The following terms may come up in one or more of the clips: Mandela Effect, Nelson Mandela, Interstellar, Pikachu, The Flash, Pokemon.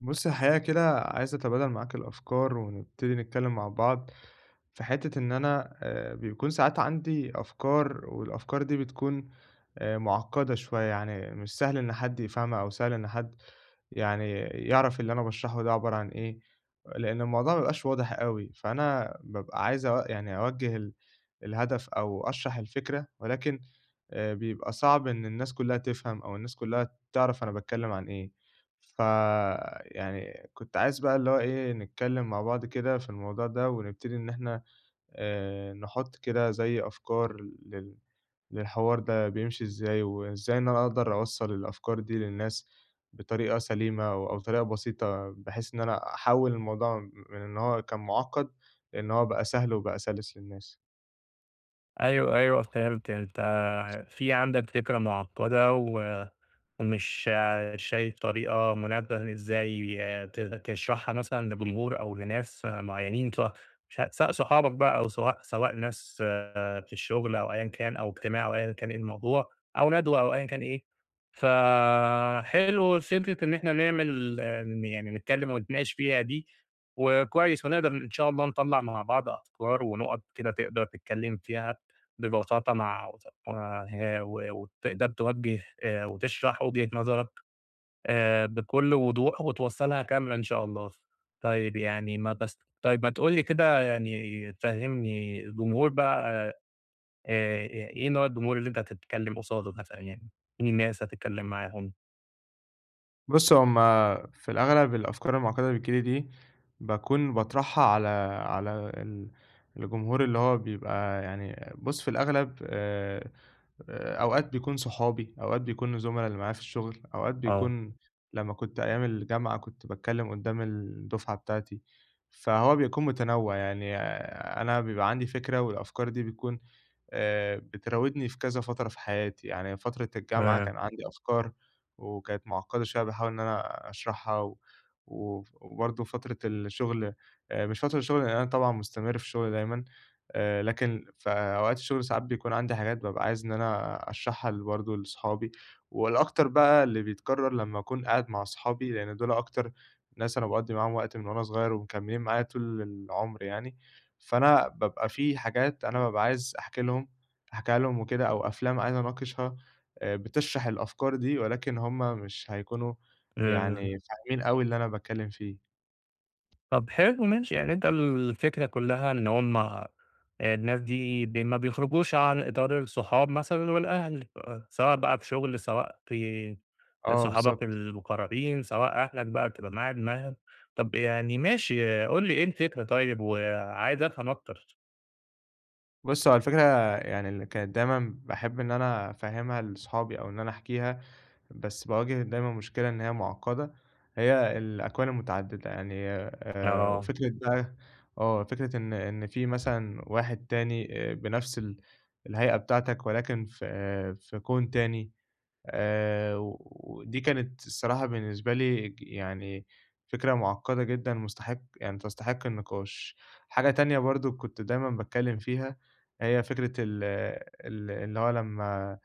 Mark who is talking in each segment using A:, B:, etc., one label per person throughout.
A: بُصّي الحقيقة كده عايز أتبادل معاك الأفكار ونبتدي نتكلم مع بعض، في حتة إن أنا بيكون ساعات عندي أفكار، والأفكار دي بتكون مُعقّدة شوية، يعني مش سهل إن حد يفهمها أو سهل إن حد يعني يعرف اللي أنا باشرحه ده عبارة عن إيه، لإن الموضوع ما بيبقاش واضح أوي، فأنا بابقى عايز أو يعني أوجّه الهدف أو أشرح الفكرة، ولكن بيبقى صعب إن الناس كلّها تفهم أو الناس كلّها تعرف أنا باتكلّم عن إيه. ف يعني كنت عايز بقى اللي هو إيه، نتكلّم مع بعض كده في الموضوع ده ونبتدي إن إحنا نحُط كده زي أفكار لل للحوار ده بيمشي إزاي، وإزاي إن أنا أقدر أوصّل الأفكار دي للناس بطريقة سليمة أو طريقة بسيطة، بحيث إن أنا أحوّل الموضوع من إن هو كان مُعقّد لإن هو بقى سهل وبقى سَلِس للناس.
B: أيوه، أيوه فهمت، أنت في عندك فكرة معقدة ومش شايف طريقة مناسبة إزاي تشرحها مثلًا لجمهور أو لناس معينين سواء سواء صحابك بقى أو سواء ناس في الشغل أو أيًا كان أو اجتماع أو أيًا كان إيه الموضوع أو ندوة أو أيًا كان إيه، فحلو فكرة إن إحنا نعمل يعني نتكلم ونتناقش فيها دي، وكويس ونقدر إن شاء الله نطلّع مع بعض أفكار ونُقط كده تقدر تتكلم فيها. ببساطة مع وتقدر توجّه وتشرح وجهة نظرك بكل وضوح وتوصّلها كاملة إن شاء الله. طيب يعني ما بس طيب ما تقول لي كده يعني فهّمني الجمهور بقى، إيه نوع الجمهور اللي أنت هتتكلّم قصاده مثلًا يعني؟ مين الناس هتتكلّم معاهم؟
A: بُص، هم في الأغلب الأفكار المعقدة اللي بتيجي لي دي، باكون باطرحها على ال الجمهور اللي هو بيبقى يعني بُص، في الأغلب أوقات بيكون صحابي، أوقات بيكون الزملا اللي معايا في الشغل، أوقات
B: آه.
A: بيكون لمّا كنت أيام الجامعة كنت باتكلم قدّام الدفعة بتاعتي، فهو بيكون متنوع، يعني أنا بيبقى عندي فكرة والأفكار دي بتكون بتراودني في كذا فترة في حياتي، يعني فترة الجامعة كان عندي أفكار وكانت معقدة شوية باحاول إن أنا أشرحها و وف وبرضه فترة الشغل مش فترة الشغل لأن أنا طبعًا مستمر في الشغل دايمًا، لكن في أوقات الشغل ساعات بيكون عندي حاجات بابقى عايز إن أنا أشرحها برضه لصحابي، والأكتر بقى اللي بيتكرر لمّا أكون قاعد مع صحابي، لأن دول أكتر ناس أنا باقضّي معاهم وقت من وأنا صغير ومكملين معايا طول العمر يعني. فأنا بابقى في حاجات أنا بابقى عايز أحكيها لهم وكده، أو أفلام عايز أناقشها بتشرح الأفكار دي، ولكن هُم مش هيكونوا
B: آآ
A: يعني فاهمين أوي اللي أنا باتكلم فيه.
B: طب حلو ماشي، يعني أنت الفكرة كلّها إن هُم الناس دي ما بيخرجوش عن إطار الصحاب مثلًا والأهل، سواء بقى في شغل، سواء في
A: آه،
B: صحابك
A: بالضبط.
B: المقربين، سواء أهلك بقى بتبقى معاك معاهم. طب يعني ماشي، قُل لي إيه الفكرة طيب وعايز أفهم أكتر.
A: بُص، هو الفكرة يعني اللي كانت دايمًا باحب إن أنا أفهّمها لصحابي أو إن أنا أحكيها بس باواجه دايمًا مشكلة إن هي معقّدة، هي الأكوان المتعددة، يعني
B: آه،
A: وفكرة بقى فكرة إن في مثلًا واحد تاني بنفس الهيئة بتاعتك ولكن في في كون تاني، ودي كانت الصراحة بالنسبة لي يعني فكرة معقّدة جدًا مستحق يعني تستحق النقاش. حاجة تانية برضه كنت دايمًا باتكلّم فيها، هي فكرة ال ال اللي هو لمّا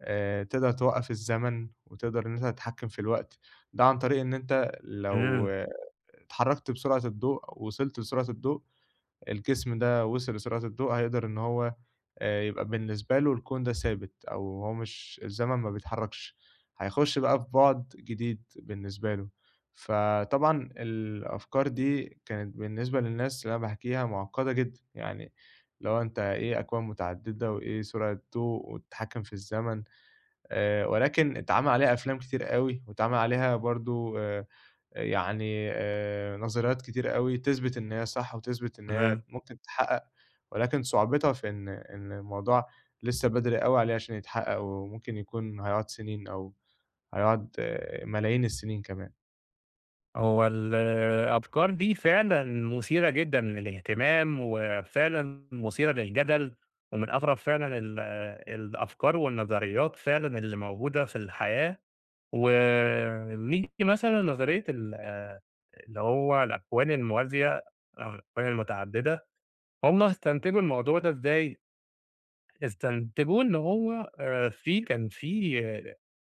A: تقدر توقّف الزمن وتقدر إن أنت تتحكّم في الوقت، ده عن طريق إن أنت لو
B: إمم،
A: اتحرّكت بسرعة الضوء أو وصلت لسرعة الضوء، الجسم ده وصل لسرعة الضوء هيقدر إن هو يبقى بالنسبة له الكون ده ثابت أو هو مش الزمن ما بيتحرّكش، هيخُش بقى في بُعد جديد بالنسبة له. فطبعًا الأفكار دي كانت بالنسبة للناس اللي أنا باحكيها معقّدة جدًا، يعني اللي هو أنت إيه أكوان متعدّدة وإيه سرعة ضوء والتحكّم في الزمن. ولكن اتعمل عليها أفلام كتير أوي، واتعمل عليها برضه يعني نظريات كتير أوي تثبت إن هي صح، وتثبت إن هي
B: إمم.
A: ممكن تتحقق، ولكن صعوبتها في إن الموضوع لسه بدري أوي عليه عشان يتحقق، وممكن يكون هيقعد سنين أو هيقعد ملايين السنين كمان.
B: هو الأفكار دي فعلًا مثيرة جدًا للاهتمام، وفعلًا مثيرة للجدل، ومن أغرب فعلًا الأفكار والنظريات فعلًا اللي موجودة في الحياة، ونيجي مثلًا لنظرية اللي هو الأكوان الموازية أو الأكوان المتعددة. هم استنتجوا الموضوع ده إزاي؟ استنتجوه إن هو في كان في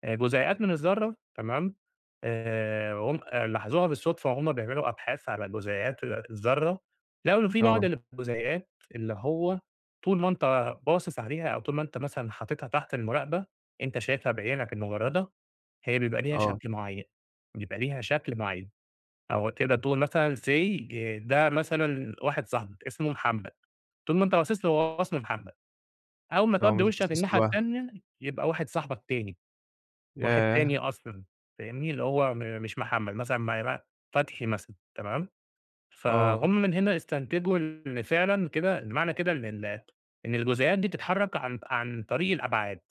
B: جزيئات من الذرة، تمام؟ هم آه، لاحظوها بالصدفة وهُم بيعملوا أبحاث على جزيئات الذرة، لقوا إن في بعض
A: آه،
B: الجزيئات اللي هو طول ما أنت باصص عليها أو طول ما أنت مثلًا حاططها تحت المراقبة، أنت شايفها بعينك المجردة، هي بيبقى ليها
A: آه،
B: شكل معيّن، بيبقى ليها شكل معيّن. أو تقدر تقول مثلًا say، ده مثلًا واحد صاحبك اسمه محمد، طول ما أنت باصص له هو اسمه محمد، أول ما
A: لو
B: تودّي
A: مش
B: وشّك
A: باصص له
B: الناحية
A: بقى.
B: التانية يبقى واحد صاحبك تاني. واحد
A: ياه!
B: تاني أصلًا، فاهمني؟ اللي هو مش محمد، مثلًا مع فتحي مثلًا، تمام؟ فهُم
A: آه،
B: من هنا استنتجوا إن فعلًا كده، إن معنى كده إن إن الجزيئات دي بتتحرك عن طريق الأبعاد،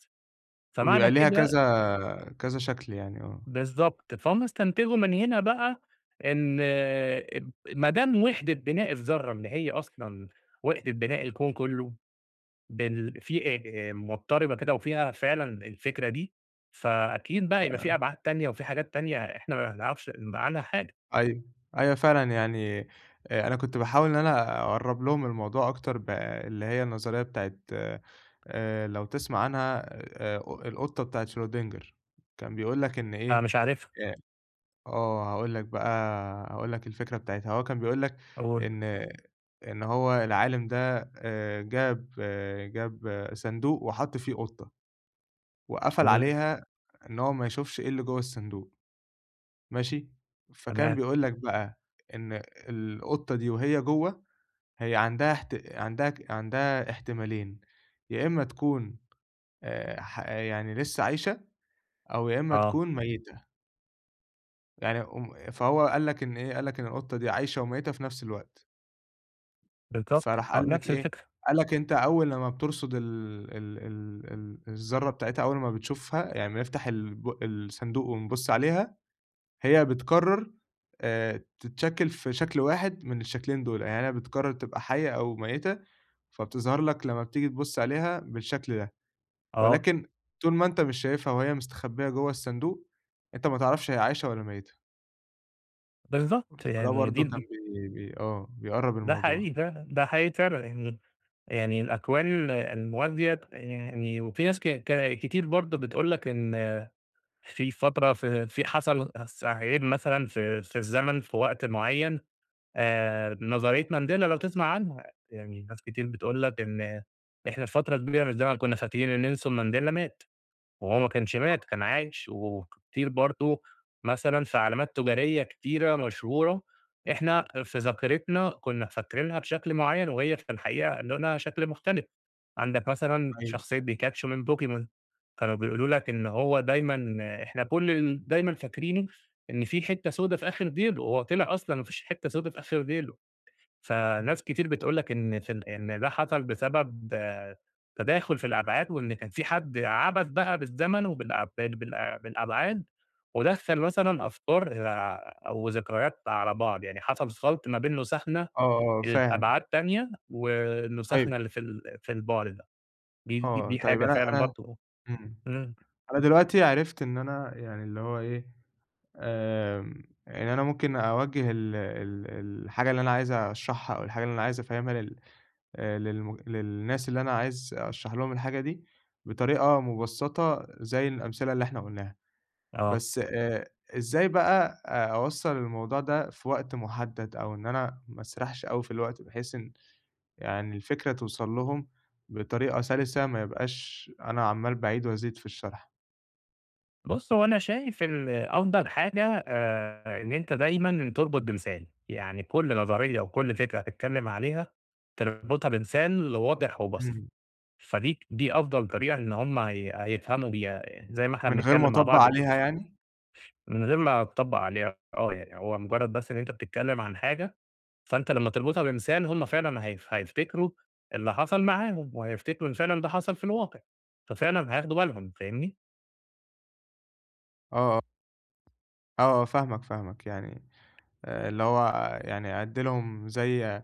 B: فمعنى
A: وبيبقى ليها
B: كده
A: كذا كذا شكل يعني، آه.
B: بالضبط، فهُم استنتجوا من هنا بقى إن ما دام وحدة بناء الذرة اللي هي أصلًا وحدة بناء الكون كله في مضطربة كده وفيها فعلًا الفكرة دي، فأكيد بقى يبقى في أبعاد تانية وفي حاجات تانية إحنا ما نعرفش عنها حاجة.
A: أيوه، أيوه فعلًا يعني أنا كنت باحاول إن أنا أقرّب لهم الموضوع أكتر اللي هي النظرية بتاعة لو تسمع عنها ق القطة بتاعة شرودنجر، كان بيقول لك إن
B: أنا
A: إيه
B: مش عارفها.
A: آآ هاقول لك بقى هاقول لك الفكرة بتاعتها، هو كان بيقول لك
B: أقول
A: إن إن هو العالم ده جاب صندوق وحَط فيه قطة، وقفل
B: إمم،
A: عليها إن هو ما يشوفش إيه اللي جوّه الصندوق. ماشي، فكان
B: تمام،
A: بيقول لك بقى إن القطة دي وهي جوّه، هي عندها احتمالين، يا إمّا تكون ح يعني لسه عايشة أو يا إمّا
B: آه،
A: تكون ميتة، يعني فهو قال لك إن إيه، قال لك إن القطة دي عايشة وميتة في نفس الوقت،
B: بالضبط،
A: فراح
B: آه،
A: قال لك
B: نفس
A: إيه،
B: الفكرة،
A: قال لك أنت أول لمّا بترصد ال ال ال ال الذرّة بتاعتها أول ما بتشوفها، يعني بنفتح الصندوق ونبُص عليها هي بتقرّر تتشكِّل في شكل واحد من الشكلين دول، يعني هي بتقرّر تبقى حيّة أو ميّتة، فبتظهر لك لمّا بتيجي تبُص عليها بالشكل ده،
B: آه،
A: ولكن طول ما أنت مش شايفها وهي مستخبية جوّه الصندوق، أنت ما تعرفش هي عايشة والّا ميّتة،
B: بالضبط،
A: فده
B: يعني
A: برضه
B: دي
A: كان
B: ب
A: بي بي آه، بيقرّب
B: ده
A: الموضوع.
B: حقيقي فعلًا، ده حقيقي فعلًا يعني. يعني الأكوان الموازية يعني وفي ناس ك ك كتير برضه بتقول لك إن في فترة في حصل عيب مثلًا في الزمن في وقت معين. نظرية مانديلا لو تسمع عنها، يعني ناس كتير بتقول لك إن إحنا لفترة كبيرة من الزمن كنا فاكرين إن نيلسون مانديلا مات، وهو ما كانش مات كان عايش، وكتير برضه مثلًا في علامات تجارية كتيرة مشهورة إحنا في ذاكرتنا كنا فاكرينها بشكل معيّن، وهي في الحقيقة لونها شكل مختلف. عندك مثلًا
A: أيوه،
B: شخصية بيكاتشو من بوكيمون، كانوا بيقولوا لك إن هو دايمًا، إحنا كل دايمًا فاكرينه إن في حتّة سودا في آخر ديله، وهو طلع أصلًا ما فيش حتّة سودا في آخر ديله. فناس كتير بتقول لك إن في ال إن ده حصل بسبب آه، تداخل في الأبعاد، وإن كان في حد عبَث بقى بالزمن وبالأب بال بالأبعاد، ودخّل مثلًا أفكار آه، أو ذكريات على بعض، يعني حصل خَلْط ما بين نُسَخنا
A: آه، آه، فاهم.
B: الأبعاد تانية،
A: طيب
B: ونُسَخنا اللي في البعد ده. دي دي دي
A: طيب
B: حاجة
A: أنا
B: فعلًا
A: أنا
B: برضه.
A: إمم،
B: إمم،
A: أنا دلوقتي عرفت إن أنا يعني اللي هو إيه، إن أنا ممكن أوجّه ال ال الحاجة اللي أنا عايز أشرحها أو الحاجة اللي أنا عايز أفهّمها لل للم للناس اللي أنا عايز أشرح لهم الحاجة دي بطريقة مُبسّطة زي الأمثلة اللي إحنا قُلناها،
B: آه.
A: بس إزاي بقى أوصّل الموضوع ده في وقت مُحدّد أو إن أنا ما أسرحش أوي في الوقت بحيث إن يعني الفكرة توصل لهم بطريقة سلسة ما يبقاش أنا عمّال باعيد وأزيد في الشرح؟
B: بُص، هو أنا شايف أفضل حاجة إن أنت دايمًا تربط بمثال، يعني كل نظرية وكل فكرة هتتكلم عليها تربطها بمثال واضح وبسيط،
A: إمم،
B: فدي أفضل طريقة إن هم هيفهموا بيها زي ما إحنا
A: من غير ما
B: بنتكلم مع
A: أطبّق
B: بعض كده،
A: عليها يعني؟
B: من غير ما تطبّق عليها آه، يعني هو مجرد بس إن أنت بتتكلم عن حاجة، فأنت لمّا تربطها بمثال هم فعلًا هيفتكروا اللي حصل معاهم، وهيفتكروا إن فعلًا ده حصل في الواقع، ففعلًا هياخدوا بالهم، فاهمني؟
A: آه، آه. آه، آه، فاهمك، فاهمك، يعني اللي هو يعني أدّي لهم زي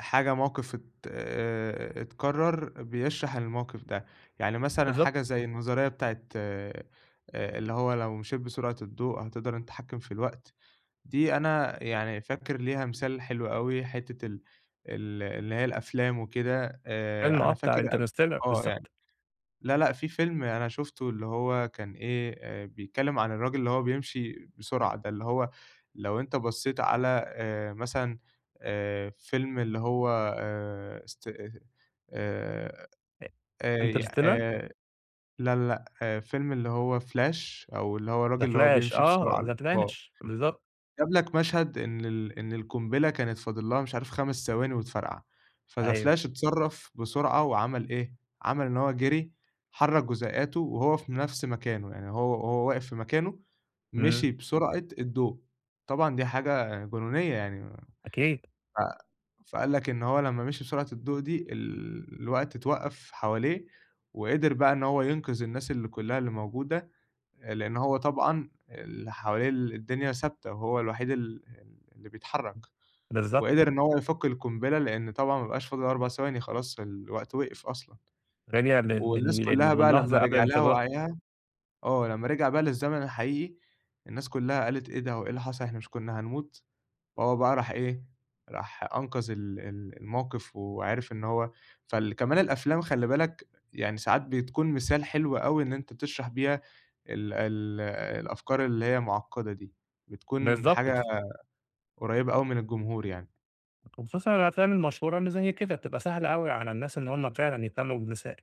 A: حاجة موقف ات اتكرر بيشرح الموقف ده، يعني مثلًا
B: بالضبط،
A: حاجة زي النظرية بتاعة اللي هو لو مشيت بسرعة الضوء هتقدر أنت تتحكم في الوقت، دي أنا يعني فاكر ليها مثال حلو أوي، حتة ال ال اللي هي الأفلام وكده
B: فيلم آه
A: أنا فاكر
B: بتاع
A: أ
B: Interstellar
A: آه يعني
B: بالضبط.
A: لا، لأ، في فيلم أنا شُفته اللي هو كان إيه، بيتكلّم عن الراجل اللي هو بيمشي بسرعة ده، اللي هو لو أنت بصّيت على مثلًا فيلم اللي هو است آآ
B: أ
A: آي
B: Interstellar.
A: لا، لا، لأ، فيلم اللي هو Flash أو اللي هو
B: The
A: الراجل اللي هو
B: Flash
A: بيمشي
B: آه
A: بسرعة
B: The
A: ده، آه.
B: Flash بالضبط،
A: جاب لك مشهد إن إن القنبلة كانت فاضل لها مش عارف 5 ثواني وتفرقع، فThe
B: أيوه،
A: Flash اتصرّف بسرعة وعمل إيه، عمل إن هو جري، حرّك جزيئاته وهو في نفس مكانه، يعني هو وهو واقف في مكانه
B: إمم،
A: مشي بسرعة الضوء، طبعًا دي حاجة جنونية يعني
B: أكيد،
A: ف فقال لك إن هو لمّا مشي بسرعة الضوء دي الوقت اتوقّف حواليه، وقدر بقى إن هو ينقذ الناس اللي كلّها اللي موجودة. لإن هو طبعًا اللي حواليه الدنيا ثابتة وهو الوحيد اللي بيتحرّك،
B: بالضبط،
A: وقدر إن هو يفُك القنبلة لإن طبعًا ما بقاش فاضل 4 ثواني خلاص الوقت وقف أصلًا،
B: رجع
A: والناس كُلّها بقى لمّا
B: للحظة قبل
A: رجع لها
B: الانفجار،
A: وعيها لمّا رجع بقى للزمن الحقيقي، الناس كُلّها قالت إيه ده هو إيه اللي حصل إحنا مش كُنّا هنموت؟ فهو بقى راح إيه، راح أنقذ ال ال الموقف وعرف إن هو كمان الأفلام خلّي بالك يعني ساعات بتكون مثال حلو أوي إن أنت تشرح بيها ال ال الأفكار اللي هي معقّدة دي، بتكون
B: بالضبط.
A: حاجة إمم. قريّبة أوي من الجمهور يعني.
B: وخصوصًا الأفلام المشهورة اللي زي كده بتبقى سهلة أوي على الناس إن هم فعلًا يهتموا بالرسالة،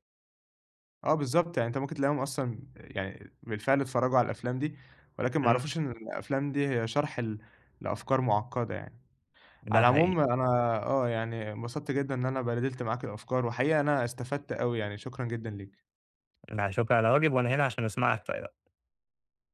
A: آه بالضبط، يعني أنت ممكن تلاقيهم أصلًا يعني بالفعل اتفرّجوا على الأفلام دي، ولكن ما
B: إمم،
A: يعرفوش إن الأفلام دي هي شرح لأفكار معقّدة يعني. على
B: ده حقيقي.
A: العموم أنا يعني انبسطت جدًا إن أنا بادلت معاك الأفكار، وحقيقة أنا استفدت أوي يعني، شكرًا جدًا ليك.
B: لا شكر على واجب، وأنا هنا عشان أسمعك طيب.